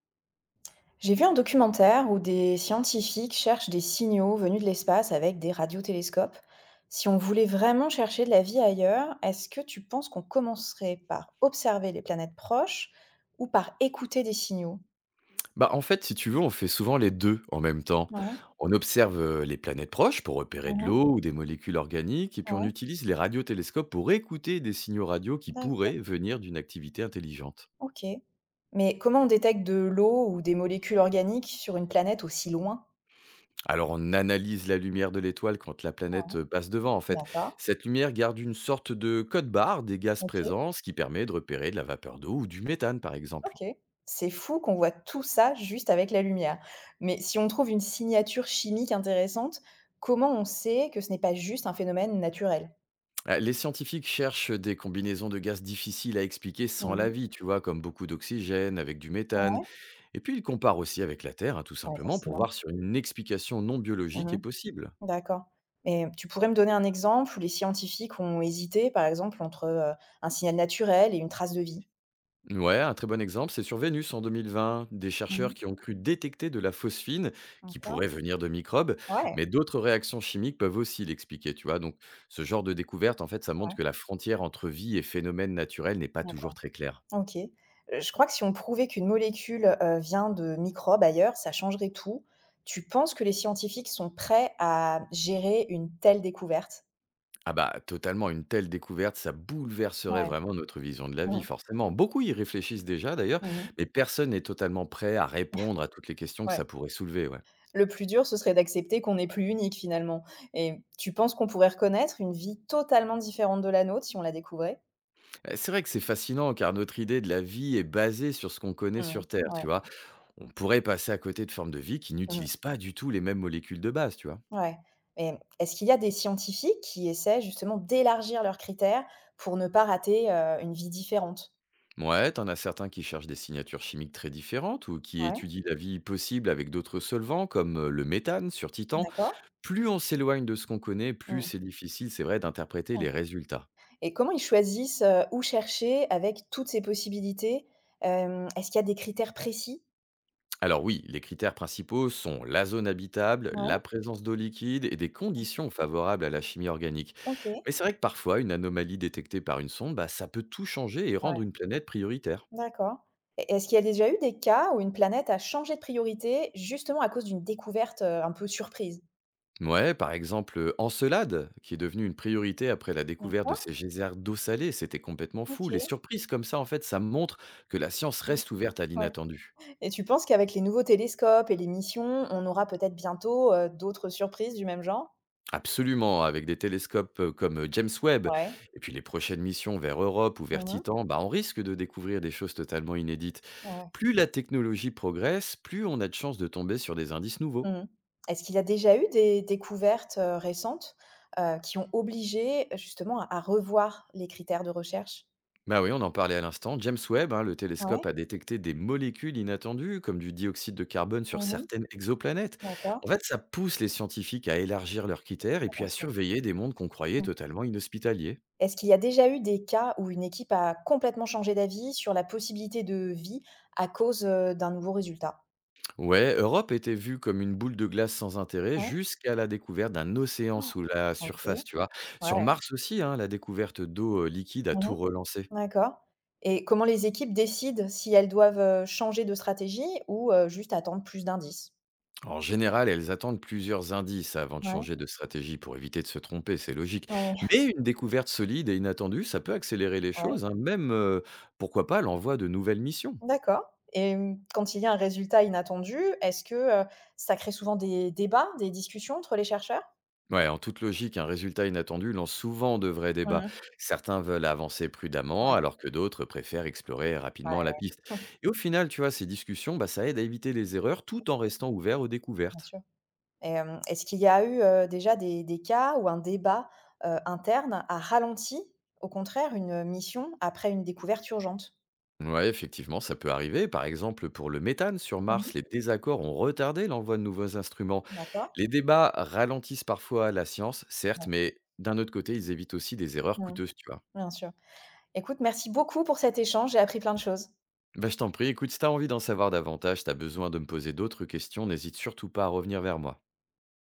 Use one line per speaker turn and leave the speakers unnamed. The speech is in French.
J'ai vu un documentaire où des scientifiques cherchent des signaux venus de l'espace avec des radiotélescopes. Si on voulait vraiment chercher de la vie ailleurs, est-ce que tu penses qu'on commencerait par observer les planètes proches ou par écouter des signaux?
Bah, en fait, si tu veux, on fait souvent les 2 en même temps.
Ouais,
On observe, les planètes proches pour repérer de
mhm,
l'eau ou des molécules organiques et puis on
ouais,
utilise les radiotélescopes pour écouter des signaux radio qui
d'accord,
pourraient venir d'une activité intelligente.
ok. Mais comment on détecte de l'eau ou des molécules organiques sur une planète aussi loin?
Alors on analyse la lumière de l'étoile quand la planète,
Ouais,
passe devant en fait.
d'accord,
Cette lumière garde une sorte de code barre des gaz
ok.
présents, ce qui permet de repérer de la vapeur d'eau ou du méthane par exemple.
OK. C'est fou qu'on voit tout ça juste avec la lumière. Mais si on trouve une signature chimique intéressante, comment on sait que ce n'est pas juste un phénomène naturel?
Les scientifiques cherchent des combinaisons de gaz difficiles à expliquer sans la
Mmh.
vie, tu vois? Comme beaucoup d'oxygène avec du méthane.
Ouais.
Et puis il compare aussi avec la Terre, hein, tout
Ouais,
simplement, pour
forcément.
voir si une explication non biologique
Mmh.
est possible.
D'accord. Et tu pourrais me donner un exemple où les scientifiques ont hésité, par exemple, entre un signal naturel et une trace de vie?
Ouais, un très bon exemple, c'est sur Vénus en 2020, des chercheurs
Mmh.
qui ont cru détecter de la phosphine qui
D'accord.
pourrait venir de microbes,
Ouais,
mais d'autres réactions chimiques peuvent aussi l'expliquer, tu vois. Donc ce genre de découverte, en fait, ça
ouais,
montre que la frontière entre vie et phénomène naturel n'est pas toujours
d'accord.
très claire.
OK. Je crois que si on prouvait qu'une molécule vient de microbes ailleurs, ça changerait tout. Tu penses que les scientifiques sont prêts à gérer une telle découverte?
Ah bah totalement, une telle découverte, ça bouleverserait
Ouais.
vraiment notre vision de la
Mmh mh.
vie, forcément. Beaucoup y réfléchissent déjà d'ailleurs,
Mmh.
mais personne n'est totalement prêt à répondre à toutes les questions que
Ouais.
ça pourrait soulever, ouais.
Le plus dur, ce serait d'accepter qu'on n'est plus unique finalement, et tu penses qu'on pourrait reconnaître une vie totalement différente de la nôtre si on la découvrait?
C'est vrai que c'est fascinant car notre idée de la vie est basée sur ce qu'on connaît
Mmh.
sur Terre,
Ouais.
tu vois? On pourrait passer à côté de formes de vie qui
Mmh.
n'utilisent pas du tout les mêmes molécules de base, tu vois?
Ouais. Et est-ce qu'il y a des scientifiques qui essaient justement d'élargir leurs critères pour ne pas rater une vie différente?
Ouais, tu en as certains qui cherchent des signatures chimiques très différentes ou qui
Ouais,
étudient la vie possible avec d'autres solvants comme, le méthane sur Titan.
d'accord.
Plus on s'éloigne de ce qu'on connaît, plus
Mmh.
c'est difficile, c'est vrai, d'interpréter les résultats.
Et comment ils choisissent où chercher avec toutes ces possibilités? Est-ce qu'il y a des critères précis?
Alors oui, les critères principaux sont la zone habitable,
Ouais,
la présence d'eau liquide et des conditions favorables à la chimie organique.
OK.
Mais c'est vrai que parfois, une anomalie détectée par une sonde, bah, ça peut tout changer et
Ouais.
rendre une planète prioritaire.
D'accord. Et est-ce qu'il y a déjà eu des cas où une planète a changé de priorité, justement à cause d'une découverte un peu surprise?
Ouais, par exemple, Encelade, qui est devenue une priorité après la découverte de
D'accord,
ces geysers d'eau salée, c'était complètement fou. Les
OK.
surprises comme ça, en fait, ça montre que la science
Mmh,
reste ouverte à
ouais.
l'inattendu.
Et tu penses qu'avec les nouveaux télescopes et les missions, on aura peut-être bientôt d'autres surprises du même genre?
Absolument, avec des télescopes, comme, James Webb,
Ouais.
et puis les prochaines missions vers Europe ou vers
Mmh.
Titan, bah, on risque de découvrir des choses totalement inédites.
Ouais.
Plus la technologie progresse, plus on a de chances de tomber sur des indices nouveaux.
Mmh. Est-ce qu'il y a déjà eu des découvertes récentes, qui ont obligé justement à revoir les critères de recherche?
Bah oui, on en parlait à l'instant, James Webb, hein, le
Ouais.
télescope a détecté des molécules inattendues comme du dioxyde de carbone sur
Mmh.
certaines exoplanètes.
D'accord.
En fait, ça pousse les scientifiques à élargir leurs critères et
Bah,
puis
bien
à
sûr.
surveiller des mondes qu'on croyait
Mmh.
totalement inhospitaliers.
Est-ce qu'il y a déjà eu des cas où une équipe a complètement changé d'avis sur la possibilité de vie à cause d'un nouveau résultat?
Ouais, Europe était vue comme une boule de glace sans intérêt
Ouais.
jusqu'à la découverte d'un océan sous la
OK.
surface, tu vois. Sur
Ouais.
Mars aussi, hein, la découverte d'eau liquide a
Mmh.
tout relancé.
D'accord. Et comment les équipes décident si elles doivent changer de stratégie ou juste attendre plus d'indices?
En général, elles attendent plusieurs indices avant de
Ouais,
changer de stratégie pour éviter de se tromper, c'est logique.
ouais, ouais.
Mais une découverte solide et inattendue, ça peut accélérer les
Ouais.
choses, hein, même, pourquoi pas, l'envoi de nouvelles missions.
D'accord. Et mmh, quand il y a un résultat inattendu, est-ce que ça crée souvent des débats, des discussions entre les chercheurs?
Ouais, en toute logique, un résultat inattendu lance souvent de vrais débats.
Mmh.
Certains veulent avancer prudemment,
Ouais,
alors que d'autres préfèrent explorer
ouais,
rapidement la piste.
ouais,
Et au final, tu vois, ces discussions, bah, ça aide à éviter les erreurs tout en restant ouvert aux
bien
découvertes.
sûr. Et est-ce qu'il y a eu déjà des cas où un débat interne a ralenti, au contraire, une mission après une découverte urgente?
Ouais, effectivement, ça peut arriver. Par exemple, pour le méthane sur
Mmh.
Mars, les désaccords ont retardé l'envoi de nouveaux instruments.
D'accord,
Les débats ralentissent parfois la science, certes,
ouais.
mais d'un autre côté, ils évitent aussi des erreurs
Mmh.
coûteuses, tu vois.
Bien sûr. Écoute, merci beaucoup pour cet échange, j'ai appris plein de choses.
Bah, je t'en prie, écoute, si t'as envie d'en savoir davantage, t'as besoin de me poser d'autres questions, n'hésite surtout pas à revenir vers moi.